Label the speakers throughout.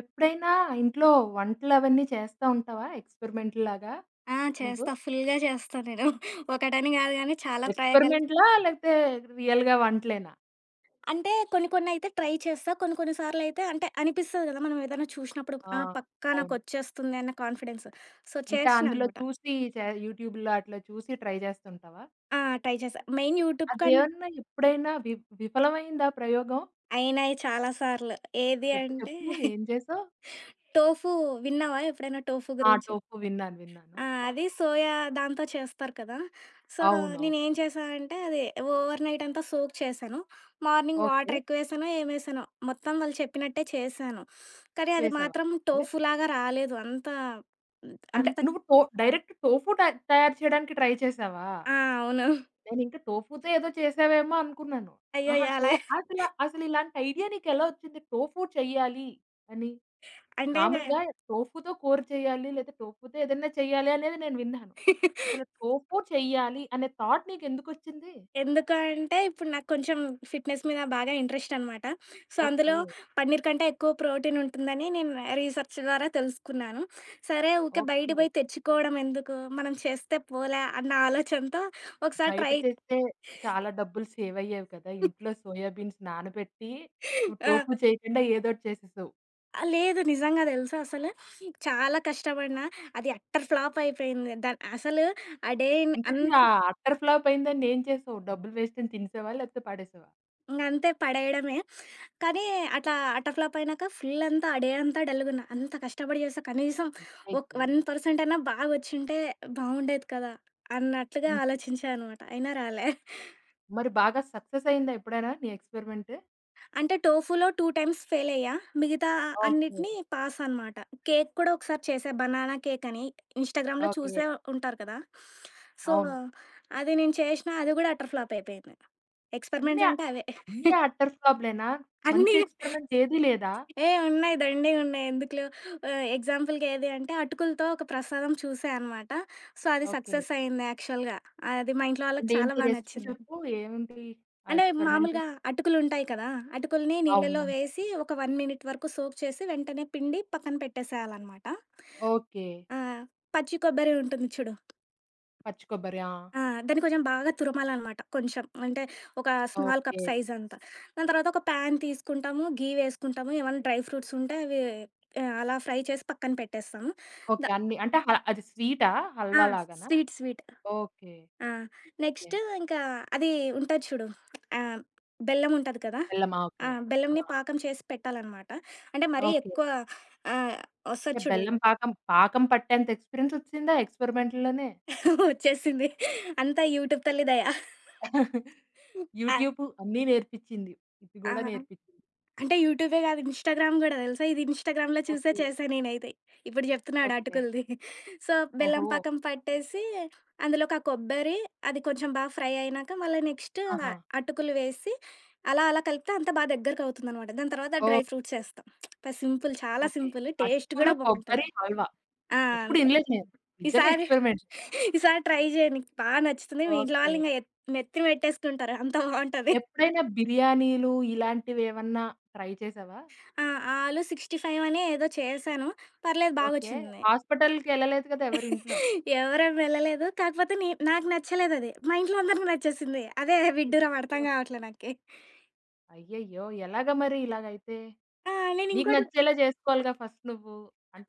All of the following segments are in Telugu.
Speaker 1: ఎప్పుడైనా ఇంట్లో వంటలవన్నీ చేస్తా ఉంటావా? ఎక్స్‌పెరిమెంట్‌లాగా
Speaker 2: ఆ!
Speaker 1: నువ్వు?
Speaker 2: చేస్తా. ఫుల్‌గా చేస్తా నేను. ఒకటని గాదు గానీ చాలా ప్రయోగాలు.
Speaker 1: ఎక్స్‌పెరిమెంట్‌లా లేకపోతే రియల్‌గా వంటలేనా?
Speaker 2: అంటే కొన్నయితే ట్రై చేస్తా. కొన్ని కొన్ని సార్లయితే అంటే అనిపిస్తది గదా! మనం ఏదైనా చూషినప్పుడు
Speaker 1: ఆ!
Speaker 2: ఆ! పక్కా
Speaker 1: అవును.
Speaker 2: నాకొచ్చేస్తుంది అన్న కాన్ఫిడెన్స్. సో,
Speaker 1: అంటే
Speaker 2: చేషినా
Speaker 1: అందులో
Speaker 2: అనమాట.
Speaker 1: చూసి యూట్యూబ్‌లో అట్లా చూసి ట్రై చేస్తుంటావా?
Speaker 2: ఆ! ట్రై చేశా. మెయిన్ యూట్యూబ్ కన్
Speaker 1: అదేమన్నా ఎప్పుడైనా విఫలమైందా ప్రయోగం?
Speaker 2: అయినాయి చాలా సార్లు. ఏది
Speaker 1: చెప్పు
Speaker 2: అంటే
Speaker 1: చెప్పు, ఏం చేసావు?
Speaker 2: టోఫు. విన్నావా ఎప్పుడైనా టోఫు
Speaker 1: ఆ!
Speaker 2: గురించి?
Speaker 1: టోఫు విన్నాను. విన్నాను.
Speaker 2: ఆ! అది సోయా దాంతో చేస్తారు కదా! సో,
Speaker 1: అవునవును.
Speaker 2: నేనేం చేశానంటే అది ఓవర్ నైట్ అంతా సోక్ చేశాను. Morning
Speaker 1: okay.
Speaker 2: వాటర్ ఎక్కువేశానో, ఏమేశానో మొత్తం వాళ్ళు చెప్పినట్టే చేశాను. కానీ అది
Speaker 1: చేసావా?
Speaker 2: మాత్రం
Speaker 1: ఓకే.
Speaker 2: టోఫూలాగా రాలేదు. అంత
Speaker 1: అంటే
Speaker 2: అంత
Speaker 1: నువ్వు టో డైరెక్ట్ టోఫు ట తయారు చేయడానికి ట్రై చేసావా?
Speaker 2: ఆ! అవును.
Speaker 1: నేనింకా టోఫూతో ఏదో చేసావేమో అనుకున్నాను. ఆహా!
Speaker 2: అయ్యయ్యో! అలా
Speaker 1: అసలిలాంటి ఐడియా నీకెలా ఒచ్చింది? టోఫూ చెయ్యాలి అని.
Speaker 2: అంటే
Speaker 1: మామూలుగా టోఫూతో కూర చెయ్యాలి, లేదా టోఫూతో ఏదన్నా చెయ్యాలి అనేది నేను విన్నాను. అసలు టోఫూ చెయ్యాలి అనే థాట్ నీకెందుకొచ్చింది?
Speaker 2: ఎందుకు అంటే, ఇప్పుడు నాకు కొంచెం ఫిట్‌నెస్ మీద బాగా ఇంట్రెస్ట్ అనమాట. సో, అందులో
Speaker 1: ఓకే.
Speaker 2: పన్నీర్ కంటే ఎక్కువ ప్రోటీన్ ఉంటుందని నేను రీసెర్చ్ ద్వారా తెలుసుకున్నాను. సరే ఊకే బయట
Speaker 1: ఓకే.
Speaker 2: పోయి తెచ్చుకోవడం ఎందుకు, మనం చేస్తే పోలే అన్న ఆలోచనతో ఒకసారి
Speaker 1: బయట
Speaker 2: ట్రై.
Speaker 1: తెస్తే చాలా డబ్బులు సేవయ్యేవి కదా! ఇంట్లో సోయా బీన్స్ నానబెట్టి నువ్వు
Speaker 2: ఆ!
Speaker 1: టోఫూ చేయకుండా ఏదోటి చేసేసావు.
Speaker 2: లేదు నిజంగా తెలుసా అసలు చాలా కష్టపడినా అది అట్టర్ ఫ్లాప్ అయిపోయింది. అసలు ఆ డే ఇన్ అన్
Speaker 1: ఇంతకీ ఆ అట్టర్ ఫ్లాప్ అయిందాన్ని ఏం చేసావు? డబ్బులు వేస్ట్ అని తినేసావా? లేకపోతే పడేసావా?
Speaker 2: ఇంగంతే పడేయడమే. కానీ అట్లా అట్టర్ ఫ్లాప్ అయినాక ఫుల్ అంతా ఆ డే అంతా డల్‌గున్నా. అంత కష్టపడి చేస్తే కనీసం
Speaker 1: అయ్యయ్యో!
Speaker 2: 1% అన్నా బాగా వచ్చుంటే బాగుండేది కదా! అన్నట్లుగా ఆలోచించా అనమాట. అయినా రాలే.
Speaker 1: మరి బాగా సక్సెస్ అయిందా ఎప్పుడైనా నీ ఎక్స్‌పెరిమెంట్?
Speaker 2: అంటే టోఫూలో 2 టైమ్స్ ఫెయిల్ అయ్యా. మిగతా
Speaker 1: ఓకే.
Speaker 2: అన్నిటిని పాస్ అనమాట. కేక్ కూడా ఒకసారి చేశా బనానా కేక్ అని. ఇన్‌స్టాగ్రామ్‌లో
Speaker 1: ఓకే.
Speaker 2: చూసే ఉంటారు కదా! సో,
Speaker 1: అవును.
Speaker 2: అది నేను చేసినా అది కూడా అట్టర్ ఫ్లాప్ అయిపోయింది.
Speaker 1: అన్నీ
Speaker 2: ఎక్స్‌పెరిమెంట్‌లంటే అవే.
Speaker 1: అన్నీ అట్టర్ ఫ్లాప్‌లేనా? మంచి
Speaker 2: అన్నీ
Speaker 1: ఎక్స్‌పెరిమెంట్ ఏది లేదా?
Speaker 2: ఏ! ఉన్నాయి. దండిగా ఉన్నాయి. ఎందుకు లేవు. ఎగ్జాంపుల్‌కి ఏది అంటే అటుకులతో ఒక ప్రసాదం చూసా అనమాట. సో, అది
Speaker 1: ఓకే.
Speaker 2: సక్సెస్ అయింది యాక్చువల్‌గా. అది మా ఇంట్లో వాళ్ళకి
Speaker 1: అంటే
Speaker 2: చాలా
Speaker 1: ఏంటి
Speaker 2: బా
Speaker 1: రెసిపీ
Speaker 2: నచ్చింది.
Speaker 1: చెప్పు? ఏముంది ఆ
Speaker 2: అంటే
Speaker 1: ఎక్స్‌పెరిమెంట్?
Speaker 2: మామూలుగా అటుకులుంటాయి కదా! అటుకుల్ని
Speaker 1: అవును.
Speaker 2: నీళ్ళలో
Speaker 1: ఉంటాయి.
Speaker 2: వేసి ఒక 1 మినిట్ వరకు సోక్ చేసి వెంటనే పిండి పక్కన పెట్టేసేయాలనమాట.
Speaker 1: ఓకే.
Speaker 2: ఆ! పచ్చి కొబ్బరి ఉంటుంది చూడు.
Speaker 1: పచ్చి కొబ్బరి. ఆ!
Speaker 2: ఆ! దాన్ని కొంచెం బాగా తురమాలనమాట. కొంచెం అంటే ఒక స్మాల్
Speaker 1: ఓకే.
Speaker 2: కప్ సైజ్ అంతా. దాని తర్వాత ఒక పాన్ తీసుకుంటాము. ఘీ వేసుకుంటాము. ఏమన్నా డ్రై ఫ్రూట్స్ ఉంటే అవి అలా ఫ్రై చేసి పక్కన పెట్టేస్తాము. The
Speaker 1: okay. అన్నీ అంటే హ అది స్వీటా?
Speaker 2: ఆ!
Speaker 1: హల్వా లాగానా?
Speaker 2: Sweet sweet.
Speaker 1: ఓకే.
Speaker 2: ఆ!
Speaker 1: ఓకే.
Speaker 2: నెక్స్ట్ ఇంకా అది ఉంటది చూడు. ఆహ్, బెల్లం ఉంటది కదా!
Speaker 1: బెల్లమా?
Speaker 2: ఆ!
Speaker 1: ఓకే. ఆ!
Speaker 2: బెల్లంని పాకం చేసి పెట్టాలనమాట. అంటే మరీ
Speaker 1: ఓకే.
Speaker 2: ఎక్కువ ఆహ్,
Speaker 1: అంటే
Speaker 2: వస్తది చూడు.
Speaker 1: బెల్లం పాకం, పాకం పట్టేంత ఎక్స్‌పీరియన్స్ వచ్చిందా ఎక్స్‌పెరిమెంట్‌లోనే?
Speaker 2: వచ్చేసింది. అంతా యూట్యూబ్ తల్లి దయ. ఆ!
Speaker 1: యూట్యూబ్ అన్నీ నేర్పిచ్చింది. ఇది
Speaker 2: ఆ!
Speaker 1: గూడా నేర్పిచ్చింది.
Speaker 2: అంటే యూట్యూబే కాదు ఇన్‌స్టాగ్రామ్ గూడా తెలుసా? ఇది ఇన్‌స్టాగ్రామ్‌లో చూసే
Speaker 1: ఓకే.
Speaker 2: చేశా నేనైతే. ఇప్పుడు చెప్తున్నాడు
Speaker 1: ఓకే.
Speaker 2: అటుకులది. సో, బెల్లం
Speaker 1: ఓహో!
Speaker 2: పాకం పట్టేసి అందులోకి ఆ కొబ్బరి, అది కొంచెం బాగా ఫ్రై అయినాక మళ్ళీ నెక్స్ట్
Speaker 1: ఆహా!
Speaker 2: అటుకులు వేసి అలా అలా కలిపితే అంతా బాగా దగ్గరకవుతుందనమాట. దాని తర్వాత డ్రై ఫ్రూట్స్
Speaker 1: ఓకే.
Speaker 2: ఏస్తాం. అబ్బా! సింపుల్ చాలా
Speaker 1: ఓకే.
Speaker 2: సింపుల్. టేస్ట్
Speaker 1: అటుకులు,
Speaker 2: గూడా బావుంటది.
Speaker 1: కొబ్బరి హల్వా.
Speaker 2: ఆ!
Speaker 1: ఎప్పుడు
Speaker 2: అంతే.
Speaker 1: ఇనలేదు నేను. నిజంగా
Speaker 2: ఈసారి
Speaker 1: ఎక్స్‌పెరిమెంట్.
Speaker 2: ఈసారి ట్రై చేయి. నీకు బా నచ్చుతుంది. మీ ఇంట్లో
Speaker 1: ఓకే.
Speaker 2: వాళ్ళు ఇంగ నెత్తిన పెట్టేసుకుంటారు. అంత బావుంటది.
Speaker 1: ఎప్పుడైనా బిర్యానీలు ఇలాంటివేమన్నా ట్రై చేసావా?
Speaker 2: ఆ! ఆలు 65 అని ఏదో చేశాను. పర్లేదు
Speaker 1: ఓకే.
Speaker 2: బాగొచ్చింది.
Speaker 1: హాస్పిటల్‌కెళ్ళలేదు కదా ఎవరింట్లో?
Speaker 2: ఎవరేం వెళ్ళలేదు. కాకపోతే నాకు నచ్చలేదది. మా ఇంట్లో అందరికి నచ్చేసింది. అదే విడ్డూరం అర్థం
Speaker 1: అయ్యో!
Speaker 2: కావట్లే నాకి.
Speaker 1: అయ్యయ్యో! ఎలాగా మరి ఇలాగైతే?
Speaker 2: ఆ!
Speaker 1: నీకు
Speaker 2: నేనింకోటి
Speaker 1: నచ్చేలా చేసుకోవాలిగా ఫస్ట్ నువ్వు.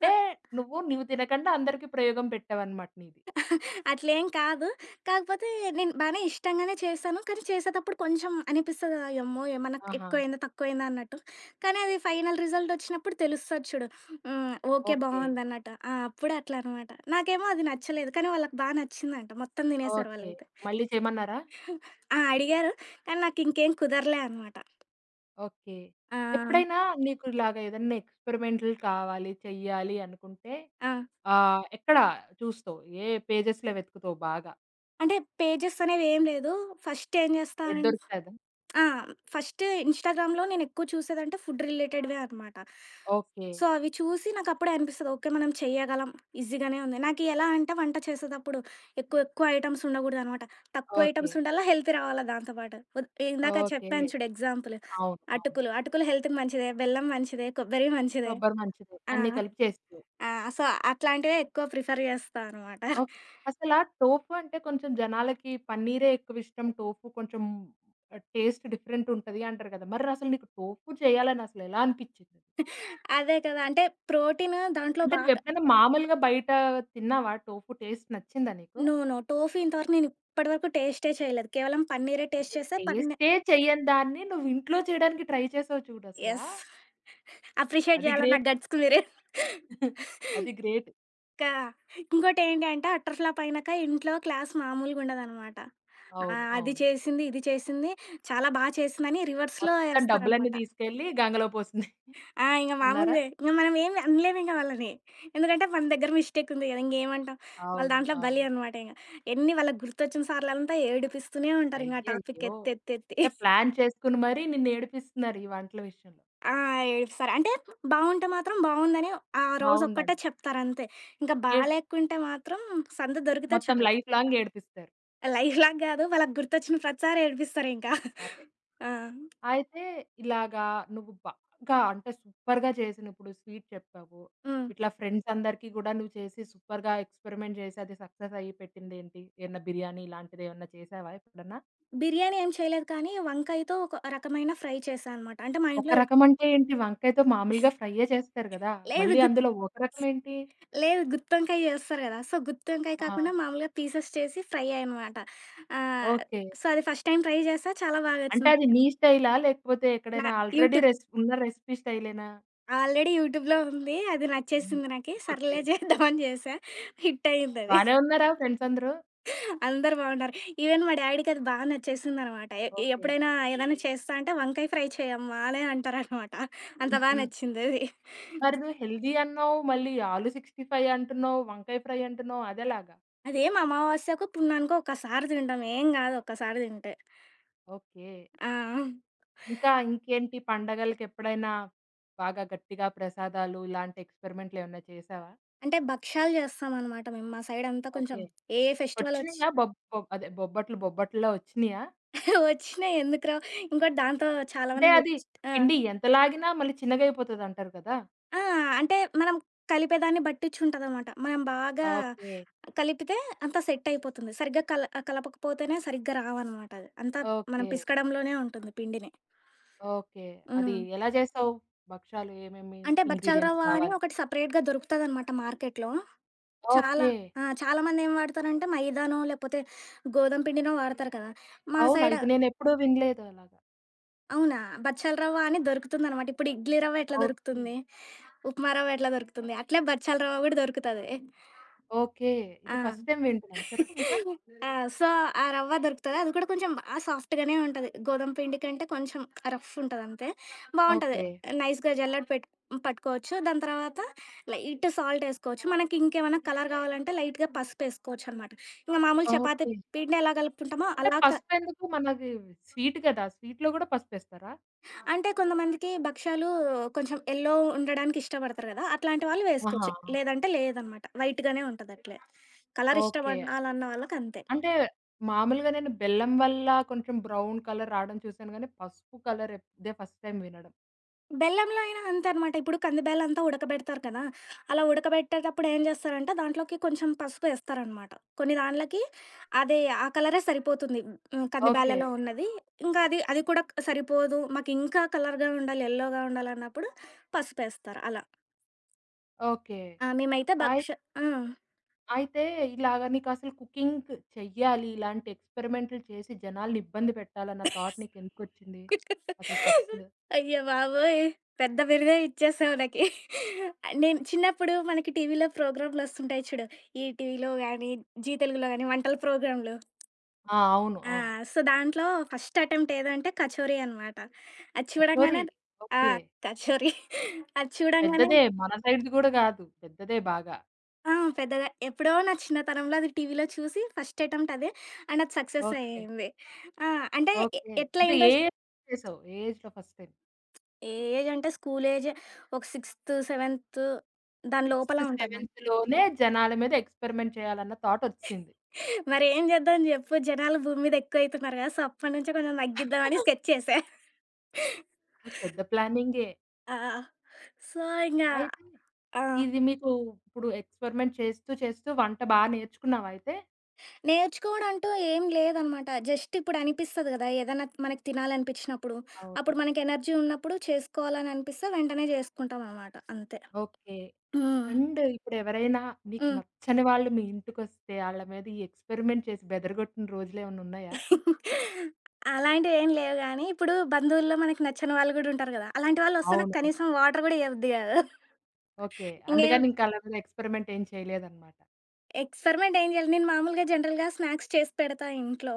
Speaker 2: అ
Speaker 1: నువ్వు తినకుండా అందరికి ప్రయోగం పెట్టావన్నమాట నీది.
Speaker 2: అట్లేం కాదు. కాకపోతే నేను బానే ఇష్టంగానే చేశాను. కానీ చేసేటప్పుడు కొంచెం అనిపిస్తది కదా! యమ్మో! ఏమన్నా
Speaker 1: ఆహా!
Speaker 2: ఎక్కువైందా? తక్కువైందా? అన్నట్టు. కానీ అది ఫైనల్ రిజల్ట్ వచ్చినప్పుడు తెలుస్తది చూడు. హ్మ్. ఓకే.
Speaker 1: ఓకే.
Speaker 2: బావుందన్నట్టు. ఆ! అప్పుడు అట్లా అనమాట. నాకేమో అది నచ్చలేదు. కానీ వాళ్ళకి బా నచ్చిందంట. మొత్తం తినేసారు
Speaker 1: ఓకే.
Speaker 2: వాళ్ళైతే.
Speaker 1: మళ్ళీ చేయమన్నారా?
Speaker 2: ఆ! అడిగారు. కానీ నాకింకేం కుదరలే అనమాట.
Speaker 1: ఓకే.
Speaker 2: ఆ!
Speaker 1: ఎప్పుడైనా నీకు ఇలాగ ఏదన్నా ఎక్స్‌పెరిమెంటల్ కావాలి, చెయ్యాలి అనుకుంటే
Speaker 2: ఆ!
Speaker 1: ఎక్కడ చూస్తావు? ఏ పేజెస్‌లో వెతుకుతావు బాగా?
Speaker 2: అంటే పేజెస్ అనేవేం లేదు. ఫస్ట్ ఏం చేస్తా
Speaker 1: ఏది దొరికితే అదా?
Speaker 2: ఆ! ఫస్ట్ ఇన్‌స్టాగ్రామ్‌లో నేనెక్కువ చూసేదంటే ఫుడ్ రిలేటెడ్‌వే అనమాట.
Speaker 1: ఓకే.
Speaker 2: సో, అవి చూసి నాకప్పుడే అనిపిస్తది. ఓకే. మనం చెయ్యగలం. ఈజీగానే ఉంది. నాకీ ఎలా అంటే వంట చేసేటప్పుడు ఎక్కువ ఎక్కువ ఐటెమ్స్ ఉండకూడదనమాట. తక్కువ
Speaker 1: ఓకే.
Speaker 2: ఐటెమ్స్ ఉండాలా, హెల్తీ రావాలా దాంతో పాటు. ఇందాక
Speaker 1: ఓకే.
Speaker 2: చెప్పాను చూడు ఎగ్జాంపుల్
Speaker 1: అవును. అవును.
Speaker 2: అటుకులు. అటుకులు హెల్త్‌కి మంచిదే, బెల్లం మంచిదే, కొబ్బరి మంచిదే.
Speaker 1: కొబ్బరి మంచిది.
Speaker 2: ఆ!
Speaker 1: అన్నీ కలిపి చేస్తావు.
Speaker 2: ఆ! సో, అట్లాంటివే ఎక్కువ ప్రిఫర్ చేస్తా అనమాట.
Speaker 1: ఓకే. అసలా టోఫు అంటే కొంచెం జనాలకి పన్నీరే ఎక్కువిష్టం. టోఫు కొంచెం టేస్ట్ డిఫరెంట్ ఉంటది అంటారు కదా! మరి అసలు నీకు టోఫు చేయాలని అసలెలా అనిపిచ్చింది?
Speaker 2: అదే కదా! అంటే ప్రోటీన్ దాంట్లో
Speaker 1: అంటే
Speaker 2: బాగా.
Speaker 1: నువ్వెప్పుడైనా మామూలుగా బయట తిన్నావా? టోఫు టేస్ట్ నచ్చిందా నీకు?
Speaker 2: No, no. టోఫీ ఇంతవరకు నేను ఇప్పటివరకు టేస్టే చేయలేదు. కేవలం పన్నీరే టేస్ట్
Speaker 1: అసలు
Speaker 2: చేశా. పన్నీర్.
Speaker 1: టేస్టే చెయ్యని దాన్ని నువ్వు ఇంట్లో చేయడానికి ట్రై చేసావు చూడసలా.
Speaker 2: యెస్. అప్రిషియేట్
Speaker 1: అది
Speaker 2: చేయాలి నా
Speaker 1: గ్రేట్.
Speaker 2: గట్స్‌కి మీరే.
Speaker 1: అది గ్రేట్.
Speaker 2: ఇంకా ఇంకోటేంటంటే అటర్ ఫ్లాప్ అయినాక ఇంట్లో క్లాస్ మామూలుగా ఉండదనమాట. ఆ!
Speaker 1: అవును.
Speaker 2: అది
Speaker 1: అవును.
Speaker 2: చేసింది, ఇది చేసింది, చాలా బా చేసిందని రివర్స్‌లో
Speaker 1: మొత్తం డబ్బులన్నీ
Speaker 2: ఏస్తారనమాట.
Speaker 1: తీసుకెళ్ళి గంగలో పోసింది
Speaker 2: ఆ! ఇంగ
Speaker 1: అన్నారా?
Speaker 2: మామూలులే. ఇంగ మనం ఏమి అనలేమింక వాళ్ళని. ఎందుకంటే మన దగ్గర మిస్టేక్ ఉంది గదా! ఇంగేమంటాం. వాళ్ళు
Speaker 1: అవును.
Speaker 2: దాంట్లో బలి
Speaker 1: అవును.
Speaker 2: అనమాట ఇంగ. ఎన్ని వాళ్ళకి గుర్తొచ్చిన సార్లంతా ఏడిపిస్తూనే ఉంటారింగ ఆ టాపిక్
Speaker 1: అయ్యయ్యో!
Speaker 2: ఎత్తెత్తెత్తి.
Speaker 1: అంటే ప్లాన్ చేసుకొని మరీ నిన్నేడిపిస్తున్నారు ఈ వంటల విషయంలో.
Speaker 2: ఆ! ఏడుస్తారు. అంటే బావుంటే మాత్రం బావుందని ఆ రోజొక్కటే
Speaker 1: బావుందంట.
Speaker 2: చెప్తారంతే. ఇంక
Speaker 1: ఏ
Speaker 2: బాలేకుంటే మాత్రం సందు దొరికితే
Speaker 1: మొత్తం
Speaker 2: చాలు.
Speaker 1: లైఫ్ లాంగ్ ఏడిపిస్తారు.
Speaker 2: లైఫ్ లాంగ్ గాదు, వాళ్ళకి గుర్తొచ్చిన ప్రతిసారి ఏడిపిస్తారింకా.
Speaker 1: అదే.
Speaker 2: ఆ!
Speaker 1: అయితే ఇలాగా నువ్వు బాగా అంటే సూపర్‌గా చేసినవు. ఇప్పుడు స్వీట్ చెప్పావు.
Speaker 2: హ్మ్.
Speaker 1: ఇట్లా ఫ్రెండ్స్ అందరికీ గూడా నువ్వు చేసి సూపర్‌గా ఎక్స్‌పెరిమెంట్ చేసి అది సక్సెస్ అయ్యి పెట్టిందేంటి? ఏమన్నా బిర్యానీ ఇలాంటిదేమన్నా చేసావా ఎప్పుడన్నా?
Speaker 2: బిర్యానీ ఏం చేయలేదు కానీ వంకాయతో ఒక రకమైన ఫ్రై చేశా అనమాట. అంటే మా
Speaker 1: ఒక
Speaker 2: ఇంట్లో.
Speaker 1: రకం అంటే ఏంటి? వంకాయతో మామూలుగా ఫ్రైయే చేస్తారు గదా! మళ్ళీ
Speaker 2: లేదు.
Speaker 1: అందులో ఒక రకం ఏంటి?
Speaker 2: లేదు. గుత్తి వంకాయ జేస్తారు గదా! సో, గుత్తి వంకాయ
Speaker 1: ఆ!
Speaker 2: కాకుండా మామూలుగా పీసెస్ చేసి ఫ్రై అనమాట. ఆహ్,
Speaker 1: ఓకే.
Speaker 2: సో, అది ఫస్ట్ టైమ్ ట్రై చేశా. చాలా
Speaker 1: అంటే
Speaker 2: బాగొచ్చింది.
Speaker 1: అది నీ స్టైలా? లేకపోతే
Speaker 2: నా
Speaker 1: ఎక్కడైనా ఆల్రెడీ
Speaker 2: యూట్యూబ్
Speaker 1: ఉన్న రెసిపీ స్టైలేనా?
Speaker 2: ఆల్రెడీ యూట్యూబ్‌లో ఉంది. అది
Speaker 1: ఉందా?
Speaker 2: నచ్చేసింది నాకి.
Speaker 1: ఓకే.
Speaker 2: సర్లే చేద్దామని చేశా. హిట్ అయిందది.
Speaker 1: బానే ఉన్నారా ఫ్రెండ్స్ అందరూ?
Speaker 2: అందరూ బాగున్నారు. ఈవెన్ మా డ్యాడీకి అది బాగా నచ్చేసిందనమాట.
Speaker 1: ఓకే.
Speaker 2: ఎప్పుడైనా ఏదైనా చేస్తా అంటే వంకాయ ఫ్రై చేయమ్మా అనే అంటారనమాట. అంత బాగా
Speaker 1: హుహు.
Speaker 2: నచ్చిందది.
Speaker 1: మరి నువ్వు హెల్తీ అన్నావు. మళ్ళీ ఆలు 65 అంటున్నావు. వంకాయ ఫ్రై అంటున్నావు. అదెలాగా?
Speaker 2: అదేం అమావాస్యకో, పుణ్యానికో ఒక్కసారి తింటాం. ఏం గాదు ఒక్కసారి తింటే.
Speaker 1: ఓకే.
Speaker 2: ఆ!
Speaker 1: ఇంకా ఇంకేంటి పండగలకెప్పుడైనా బాగా గట్టిగా ప్రసాదాలు ఇలాంటి ఎక్స్‌పెరిమెంట్‌లేమన్నా చేశావా?
Speaker 2: అంటే భక్షాలు చేస్తామనమాట మేము. మా సైడ్ అంతా
Speaker 1: ఓకే.
Speaker 2: కొంచెం ఏ ఫెస్టివల్ వచ్చి
Speaker 1: వచ్చినియా? బొబ్ బొబ్ అదే బొబ్బట్లా వచ్చినియా?
Speaker 2: వచ్చినా, ఎందుకురావు. ఇంకోటి దాంతో చాలా
Speaker 1: అంటే
Speaker 2: మంది
Speaker 1: అది
Speaker 2: వచ్చి ఆ!
Speaker 1: పిండి ఎంత లాగినా మళ్ళీ చిన్నగయిపోతదంటారు కదా!
Speaker 2: ఆ! అంటే మనం కలిపేదాన్ని బట్టించుంటదనమాట. మనం బాగా
Speaker 1: ఓకే.
Speaker 2: కలిపితే అంతా సెట్ అయిపోతుంది. సరిగ్గా కల కలపకపోతేనే సరిగ్గా రావనమాట అది. అంతా మనం
Speaker 1: ఓకే.
Speaker 2: పిసకడంలోనే ఉంటుంది పిండిని.
Speaker 1: ఓకే. అది
Speaker 2: హ్మ్.
Speaker 1: ఎలా చేసావు? భక్షాలు ఏమేమి
Speaker 2: అంటే బచ్చాల
Speaker 1: ఇంగ్రీడియెంట్స్
Speaker 2: రవ్వ అని
Speaker 1: కావాలి?
Speaker 2: ఒకటి సెపరేట్‌గా దొరుకుతదనమాట మార్కెట్‌లో. చాలా
Speaker 1: ఓకే.
Speaker 2: ఆ! చాలా మంది ఏం వాడతారంటే మైదానో లేకపోతే గోధుమ పిండినో వాడతారు కదా! మా
Speaker 1: అవునా?
Speaker 2: సైడ్
Speaker 1: ఇది నేనెప్పుడూ వినలేదు అలాగా.
Speaker 2: అవునా? బచ్చాల రవ్వ అని దొరుకుతుందనమాట. ఇప్పుడు ఇడ్లీ రవ్వ ఎట్లా
Speaker 1: ఓకే.
Speaker 2: దొరుకుతుంది? ఉప్మా రవ్వ ఎట్లా దొరుకుతుంది? అట్లే బచ్చాల రవ్వ గూడా దొరుకుతది.
Speaker 1: ఓకే. ఇది
Speaker 2: ఆ!
Speaker 1: ఫస్ట్ టైమ్ వింటున్నాను. చెప్పు ఇంకా?
Speaker 2: ఆ! సో, ఆ రవ్వ దొరుకుతది. అది కూడా కొంచెం బా సాఫ్ట్‌గానే ఉంటది. గోధుమ పిండి కంటే కొంచెం రఫ్ ఉంటదంతే. బావుంటది.
Speaker 1: ఓకే.
Speaker 2: హ్మ్. నైస్‌గా జల్లెడ పెట్ పట్టుకోవచ్చు. దాని తర్వాత లైట్ సాల్టేసుకోవచ్చు. మనకి ఇంకేమైనా కలర్ గావాలంటే లైట్‌గా పసుపేసుకోవచ్చనమాట. ఇంక మామూలు చపాతీ
Speaker 1: ఓకే.
Speaker 2: పిండి ఎలా కలుపుకుంటామో
Speaker 1: అంటే
Speaker 2: అలా
Speaker 1: పసుపెందుకు? మనది స్వీట్ గదా! స్వీట్‌లో గూడా పసుపేస్తారా?
Speaker 2: అంటే కొంతమందికి భక్ష్యాలు కొంచెం యెల్లో ఉండడానికి ఇష్టపడతారు గదా! అట్లాంటి వాళ్ళు
Speaker 1: ఆహా!
Speaker 2: వేసుకోవచ్చు.
Speaker 1: అవును.
Speaker 2: లేదంటే లేదనమాట. వైట్‌గానే ఉంటదట్లే. Colour
Speaker 1: okay.
Speaker 2: ఇష్టపడాలన్న వాళ్ళకంతే.
Speaker 1: అంటే మామూలుగా నేను బెల్లం వల్ల కొంచెం బ్రౌన్ కలర్ రావడం చూసాను గానీ, పసుపు కలర్ ఇదే ఫస్ట్ టైమ్ వినడం.
Speaker 2: బెల్లంలో అయినా అంతే అనమాట. ఇప్పుడు కంది బెల్లంతో ఉడకబెడతారు కదా! అలా ఉడకబెట్టేటప్పుడు ఏం జేస్తారంటే దాంట్లోకి కొంచెం పసుపు యేస్తారనమాట. కొన్ని దాండ్లకి అదే ఆ కలరే సరిపోతుంది. హ్మ్. కంది
Speaker 1: ఓకే.
Speaker 2: బ్యాళ్ళలో ఉన్నది. ఇంకా అది అది కూడా సరిపోదు. మాకింకా కలర్‌గా ఉండాలి, యెల్లోగా ఉండాలన్నప్పుడు పసుపేస్తారు అలా.
Speaker 1: ఓకే.
Speaker 2: ఆ! మేమైతే
Speaker 1: అయి
Speaker 2: భక్ష ఆ!
Speaker 1: అయితే ఇలాగ నీకసలు కుకింగ్ చెయ్యాలి, ఇలాంటి ఎక్స్‌పెరిమెంట్‌లు చేసి జనాల్ని ఇబ్బంది పెట్టాలన్న థాట్ నీకెందుకొచ్చింది? అసలు ఫస్ట్.
Speaker 2: అయ్య బాబోయ్! పెద్ద బిరుదే ఇచ్చేసావు నాకి. నేను చిన్నప్పుడు మనకి టీవీలో ప్రోగ్రామ్‌లొస్తుంటాయి చూడు. ఈ టీవీలో గాని, జీ తెలుగులో గాని వంటల ప్రోగ్రామ్‌లు.
Speaker 1: ఆ! అవును.
Speaker 2: ఆ!
Speaker 1: అవును.
Speaker 2: సో, దాంట్లో ఫస్ట్ అటెంప్ట్ ఏదంటే కచోరీ అనమాట. అది
Speaker 1: కచోరి.
Speaker 2: చూడంగానే ఆ!
Speaker 1: ఓకే.
Speaker 2: కచోరీ. అది చూడంగానే
Speaker 1: పెద్దదే. మన సైడ్‌ది గూడా గాదు. పెద్దదే బాగా.
Speaker 2: ఆ! పెద్దగా ఎప్పుడో నా చిన్నతనంలో అది టీవీలో చూసి ఫస్ట్ అటెంప్ట్ అదే. అండ్ అది సక్సెస్
Speaker 1: ఓకే.
Speaker 2: అయింది. ఆ! అంటే ఎ
Speaker 1: ఓకే.
Speaker 2: ఎట్లా
Speaker 1: అంటే ఏ
Speaker 2: ఇంట్రెస్ట్.
Speaker 1: ఏజ్‌లో చేసావు? ఏ ఏజ్‌లో ఫస్ట్ టైమ్?
Speaker 2: ఏజ్ అంటే స్కూల్ ఏజే. ఒక సిక్స్త్, సెవెంత్ దాని లోపల
Speaker 1: 6,
Speaker 2: ఉంటాను
Speaker 1: 7
Speaker 2: నేను.
Speaker 1: లోనే జనాల మీద ఎక్స్‌పెరిమెంట్ చేయాలన్న థాట్ ఒచ్చేసింది.
Speaker 2: మరేం చేద్దాం జెప్పు? జనాలు భూమి మీద ఎక్కువైతున్నారు గదా! సో, అప్పటినుంచే కొంచెం తగ్గిద్దామని స్కెచ్ చేశా.
Speaker 1: పెద్ద ప్లానింగే.
Speaker 2: ఆ! సో, ఇంగ.
Speaker 1: అయితే
Speaker 2: ఆ!
Speaker 1: ఇది మీకు ఇప్పుడు ఎక్స్‌పెరిమెంట్ చేస్తూ, చేస్తూ వంట బా నేర్చుకున్నావయితే?
Speaker 2: నేర్చుకోవడం అంటూ ఏం లేదనమాట. జస్ట్ ఇప్పుడు అనిపిస్తది గదా! ఏదన్నా మనకి తినాలనిపించినప్పుడు,
Speaker 1: అవును.
Speaker 2: అప్పుడు మనకి ఎనర్జీ ఉన్నప్పుడు చేసుకోవాలని అనిపిస్తే వెంటనే చేసుకుంటామనమాట అంతే.
Speaker 1: ఓకే.
Speaker 2: హ్మ్.
Speaker 1: అండ్ ఇప్పుడెవరైనా నీకు
Speaker 2: హ్మ్.
Speaker 1: నచ్చని వాళ్ళు మీ ఇంటికొస్తే ఆళ్ళ మీద ఈ ఎక్స్‌పెరిమెంట్ చేసి బెదరగొట్టిన రోజులేమన్నున్నాయా?
Speaker 2: అలాంటివేం లేవు గానీ, ఇప్పుడు బంధువుల్లో మనకి నచ్చని వాళ్ళు గూడా ఉంటారు గదా! అలాంటి వాళ్ళొస్తే నాకు
Speaker 1: అవునవును.
Speaker 2: కనీసం వాటర్ గూడా ఇయ్యబుద్ధి గాదు.
Speaker 1: ఓకే.
Speaker 2: ఇంగేం
Speaker 1: అందుకని ఇంక ఆళ్ళ మీద ఎక్స్‌పెరిమెంట్ ఏం చేయలేదనమాట.
Speaker 2: ఎక్స్‌పెరిమెంట్ ఏం చేయాలి? నేను మామూలుగా జనరల్‌గా స్నాక్స్ చేసి పెడతా ఇంట్లో.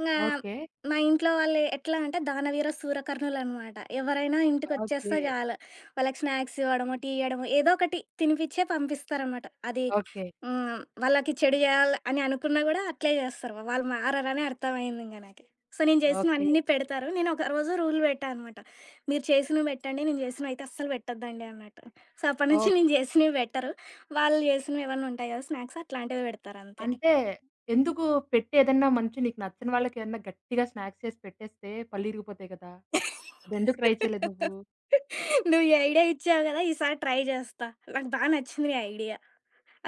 Speaker 2: ఇంగా
Speaker 1: ఓకే.
Speaker 2: మా ఇంట్లో వాళ్ళు ఎట్లా అంటే దానవీర సూరకర్ణులనమాట. ఎవరైనా
Speaker 1: ఓకే.
Speaker 2: ఇంటికొచ్చేస్తే చాలు. వాళ్ళకి స్నాక్స్ ఇవ్వడమో, టీ ఇయ్యడమో ఏదో ఒకటి తినిపిచ్చే పంపిస్తారనమాట. అది
Speaker 1: ఓకే.
Speaker 2: హ్మ్. వాళ్ళకి చెడు చేయాలి అని అనుకున్నా గూడా అట్లే చేస్తారు. వాళ్ళు మారరని అర్థమయిందింక నాకు. సో, నేను
Speaker 1: ఓకే.
Speaker 2: చేసినవన్నీ పెడతారు. నేను ఒకరోజు రూల్ పెట్టా అనమాట. మీరు చేసినవి పెట్టండి. నేను చేసినవయితే అస్సలు పెట్టొద్దండి అన్నట్టు. సో, అప్పటి నుంచి
Speaker 1: ఓకే.
Speaker 2: నేను చేసినవి పెట్టరు. వాళ్ళు జేసినవేవన్నా ఉంటాయి గదా! స్నాక్స్ అట్లాంటివే బెడతారంతే.
Speaker 1: అంటే ఎందుకు పెట్టేదన్నా మంచి నీకు నచ్చని వాళ్ళకేమన్నా గట్టిగా స్నాక్స్ చేసి పెట్టేస్తే పళ్ళిరిగిపోతాయి కదా! అదెందుకు ట్రై చేయలేదు నువ్వు?
Speaker 2: నువ్వు ఈ ఐడియా ఇచ్చావు గదా! ఈసారి ట్రై జేస్తా. నాకు బా నచ్చింది నీ ఐడియా.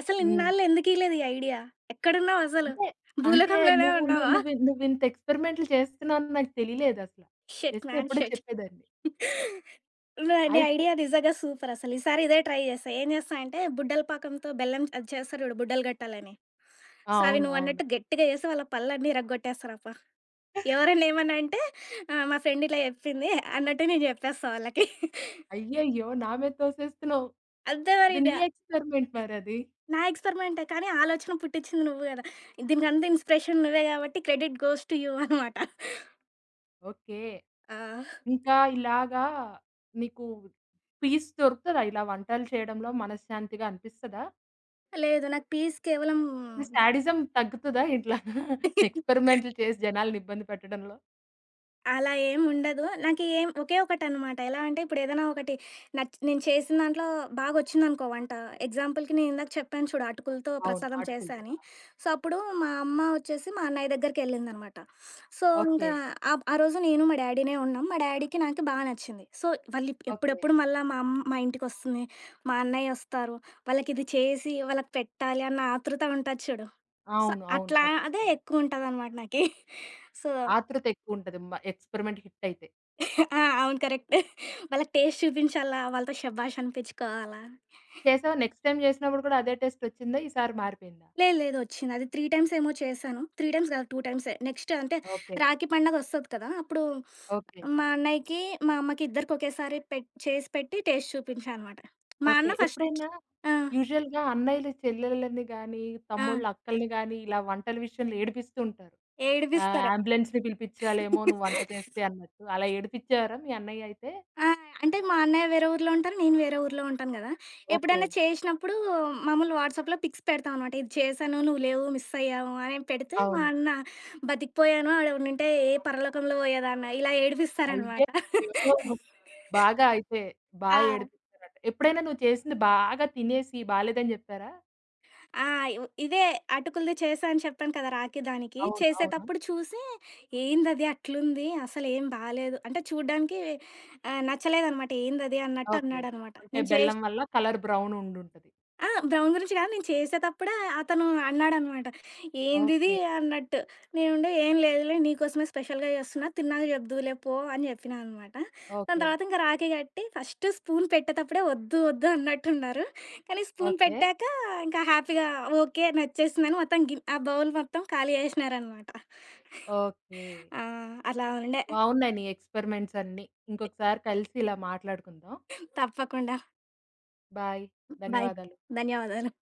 Speaker 2: అసలు
Speaker 1: హ్మ్.
Speaker 2: ఇన్నాళ్ళు ఎందుకియలేదు ఈ ఐడియా? ఎక్కడున్నావసలు?
Speaker 1: అంటే, అంటే
Speaker 2: భూలోకంలోనే
Speaker 1: నువ్వు నువ్వు
Speaker 2: ఉన్నావా?
Speaker 1: నువ్వు నువ్వింత ఎక్స్‌పెరిమెంట్‌లు చేస్తున్నావు అని నాకు తెలియలేదసల.
Speaker 2: షిట్
Speaker 1: చేస్తే
Speaker 2: మ్యాన్
Speaker 1: ఎప్పుడో
Speaker 2: షిట్.
Speaker 1: చెప్పేదాన్ని.
Speaker 2: నీ
Speaker 1: అయితే
Speaker 2: ఐడియా నిజంగా సూపరసలు. ఈసారి ఇదే ట్రై జేస్తా. ఏం జేస్తా అంటే బుడ్డల పాకంతో బెల్లం అది చేస్తారు జూడు బుడ్డలు గట్టాలని.
Speaker 1: ఆ!
Speaker 2: సో, అవి
Speaker 1: అవును. అవును.
Speaker 2: నువ్వన్నట్టు గట్టిగా జేసి వాళ్ళ పళ్ళన్నీ ఇరగ్గొట్టేస్తారప్పుడు. ఎవరైనా ఏమన్నా అంటే మా ఫ్రెండ్ ఇలా చెప్పింది అన్నట్టు నేను జెప్పేస్తా వాళ్ళకి.
Speaker 1: అయ్యయ్యో! నా మీద తోసేస్తున్నావు.
Speaker 2: అంతే
Speaker 1: అది
Speaker 2: మరిగ.
Speaker 1: నీ ఎక్స్‌పెరిమెంట్ మరది.
Speaker 2: నా ఎక్స్‌పెరిమెంటే కానీ ఆలోచన పుట్టిచ్చింది నువ్వు గదా! దీనికంతా ఇన్‌స్పిరేషన్ నువ్వే గాబట్టి క్రెడిట్ గోస్ టు యూ అనమాట.
Speaker 1: ఓకే.
Speaker 2: ఆ!
Speaker 1: ఇంకా ఇలాగా నీకు పీస్ దొరుకుతదా? ఇలా వంటలు చేయడంలో మనశ్శాంతిగా అనిపిస్తదా?
Speaker 2: లేదు నాకు పీస్ కేవలం.
Speaker 1: మీ శాడిజం తగ్గుతదా ఇట్లా ఎక్స్‌పెరిమెంట్‌లు చేసి జనాల్ని ఇబ్బంది పెట్టడంలో?
Speaker 2: అలా ఏముండదు. నాకు ఏం ఒకే ఒకటనమాట. ఎలా అంటే ఇప్పుడేదైనా ఒకటి నేను చేసిన దాంట్లో బాగొచ్చిందనుకో వంట. ఎగ్జాంపుల్‌కి నేను ఇందాక చెప్పాను చూడు అటుకులతో
Speaker 1: అవును.
Speaker 2: ప్రసాదం చేశా
Speaker 1: ఆటుకులది.
Speaker 2: అని.
Speaker 1: ఆ!
Speaker 2: సో, అప్పుడు మా అమ్మ వచ్చేసి మా అన్నయ్య దగ్గరికెళ్ళిందనమాట. So,
Speaker 1: okay.
Speaker 2: ఇంకా ఆ రోజు నేను మా డ్యాడీనే ఉన్నాం. మా డ్యాడీకి నాకు బా నచ్చింది. So,
Speaker 1: okay.
Speaker 2: ఎప్పుడెప్పుడు మళ్ళా మా ఇంటికొస్తుంది, మా అన్నయ్యొస్తారు, వాళ్ళకిది చేసి వాళ్ళకి పెట్టాలి అన్న ఆతృత ఉంటది చూడు. సో,
Speaker 1: అవును. అవును.
Speaker 2: అట్లా అదే
Speaker 1: ఖచ్చితంగా.
Speaker 2: ఎక్కువుంటదనమాట నాకి. సో,
Speaker 1: ఆతృత ఎక్కువుంటది. ఎక్స్‌పెరిమెంట్ హిట్ అయితే.
Speaker 2: ఆ! అవును. కరెక్టే. వాళ్ళకి టేస్ట్ చూపించాలా, వాళ్ళతో షబాష్ అనిపించుకోవాలా.
Speaker 1: చేసావా? నెక్స్ట్ టైమ్ చేసినప్పుడు కూడా అదే టేస్ట్ వచ్చిందా? ఈసారి మారిపోయిందా?
Speaker 2: లేదు లేదు వచ్చింది. అది 3 టైమ్స్ ఏమో చేశాను. 3 టైమ్స్ కాదు 2 టైమ్సే. నెక్స్ట్ అంటే
Speaker 1: ఓకే.
Speaker 2: రాఖీ పండగొస్తది కదా! అప్పుడు
Speaker 1: ఓకే.
Speaker 2: మా అన్నయ్యకి, మా అమ్మకి ఇద్దరికి ఒకేసారి చేసి పెట్టి టేస్ట్ చూపించా అనమాట. మా
Speaker 1: ఓకే.
Speaker 2: అన్న ఫస్ట్.
Speaker 1: ఎప్పుడైనా
Speaker 2: ఆ!
Speaker 1: యూజువల్‌గా అన్నయ్యలు చెల్లెళ్ళని గాని,
Speaker 2: ఆ!
Speaker 1: తమ్ముళ్ళు అక్కల్ని గాని ఇలా వంటల విషయంలో ఏడిపిస్తూ ఉంటారు. ఆ!
Speaker 2: ఏడిపిస్తారు.
Speaker 1: అంబులెన్స్‌ని పిలిపించాలేమో నువ్వు వంట చేస్తే అన్నట్టు. అలా ఏడిపించారా మీ అన్నయ్య అయితే?
Speaker 2: ఆ! అంటే మా అన్నయ్య వేరే ఊర్లో ఉంటారు. నేను వేరే ఊర్లో ఉంటాను గదా!
Speaker 1: ఓకే.
Speaker 2: ఎప్పుడైనా చేసినప్పుడు మామూలు వాట్సాప్‌లో పిక్స్ పెడతాం అనమాట. ఇది చేశాను, నువ్వు లేవు, మిస్ అయ్యావు అని పెడితే మా
Speaker 1: అవునా?
Speaker 2: అన్న బతికిపోయాను ఆడు ఉండుంటే ఏ పరలోకంలో పోయేదాన్న ఇలా ఏడిపిస్తారనమాట.
Speaker 1: అయ్యయ్యో! బాగా అయితే
Speaker 2: ఆ!
Speaker 1: బాగా ఏడిపించారట. ఎప్పుడైనా నువ్వు చేసింది బాగా తినేసి బాలేదని జెప్పారా?
Speaker 2: ఆ! ఇదే అటుకులది చేశా అని చెప్పాను కదా! రాఖీ దానికి.
Speaker 1: అవును. అవును.
Speaker 2: చేసేటప్పుడు చూసి ఏందది అట్లుంది అసలేం బాలేదు. అంటే చూడ్డానికి నచ్చలేదనమాట. ఏందది అన్నట్టు
Speaker 1: ఓకే.
Speaker 2: అన్నాడనమాట.
Speaker 1: అంటే
Speaker 2: నేను చేసి
Speaker 1: బెల్లం వల్ల కలర్ బ్రౌన్ ఉండుంటది.
Speaker 2: ఆ! బ్రౌన్ గురించి కాదు. నేను చేసేతప్పుడే అతను అన్నాడనమాట. "ఏందిది?"
Speaker 1: ఓకే.
Speaker 2: అన్నట్టు. నేనుండి "ఏం లేదులే నీకోసమే స్పెషల్‌గా చేస్తున్నా. తిన్నాక చెప్దువులే పో" అని జెప్పినా అనమాట. దాని
Speaker 1: ఓకే.
Speaker 2: తర్వాత ఇంక రాఖీ కట్టి ఫస్ట్ స్పూన్ పెట్టేతప్పుడే వద్దు, వద్దు అన్నట్టున్నారు. కానీ స్పూన్
Speaker 1: ఓకే.
Speaker 2: పెట్టాక ఇంకా హ్యాపీగా ఓకే నచ్చేసిందని మొత్తం గిన్ ఆ బౌల్ మొత్తం ఖాళీ చేసినారనమాట.
Speaker 1: ఓకే.
Speaker 2: ఆ! అలా ఉండే
Speaker 1: బావున్నాయి నీ ఎక్స్‌పెరిమెంట్స్ అన్నీ. ఇంకొకసారి కలిసి ఇలా మాట్లాడుకుందాం.
Speaker 2: తప్పకుండా.
Speaker 1: బాయ్.
Speaker 2: బాయ్.
Speaker 1: ధన్యవాదాలు.
Speaker 2: ధన్యవాదాలు.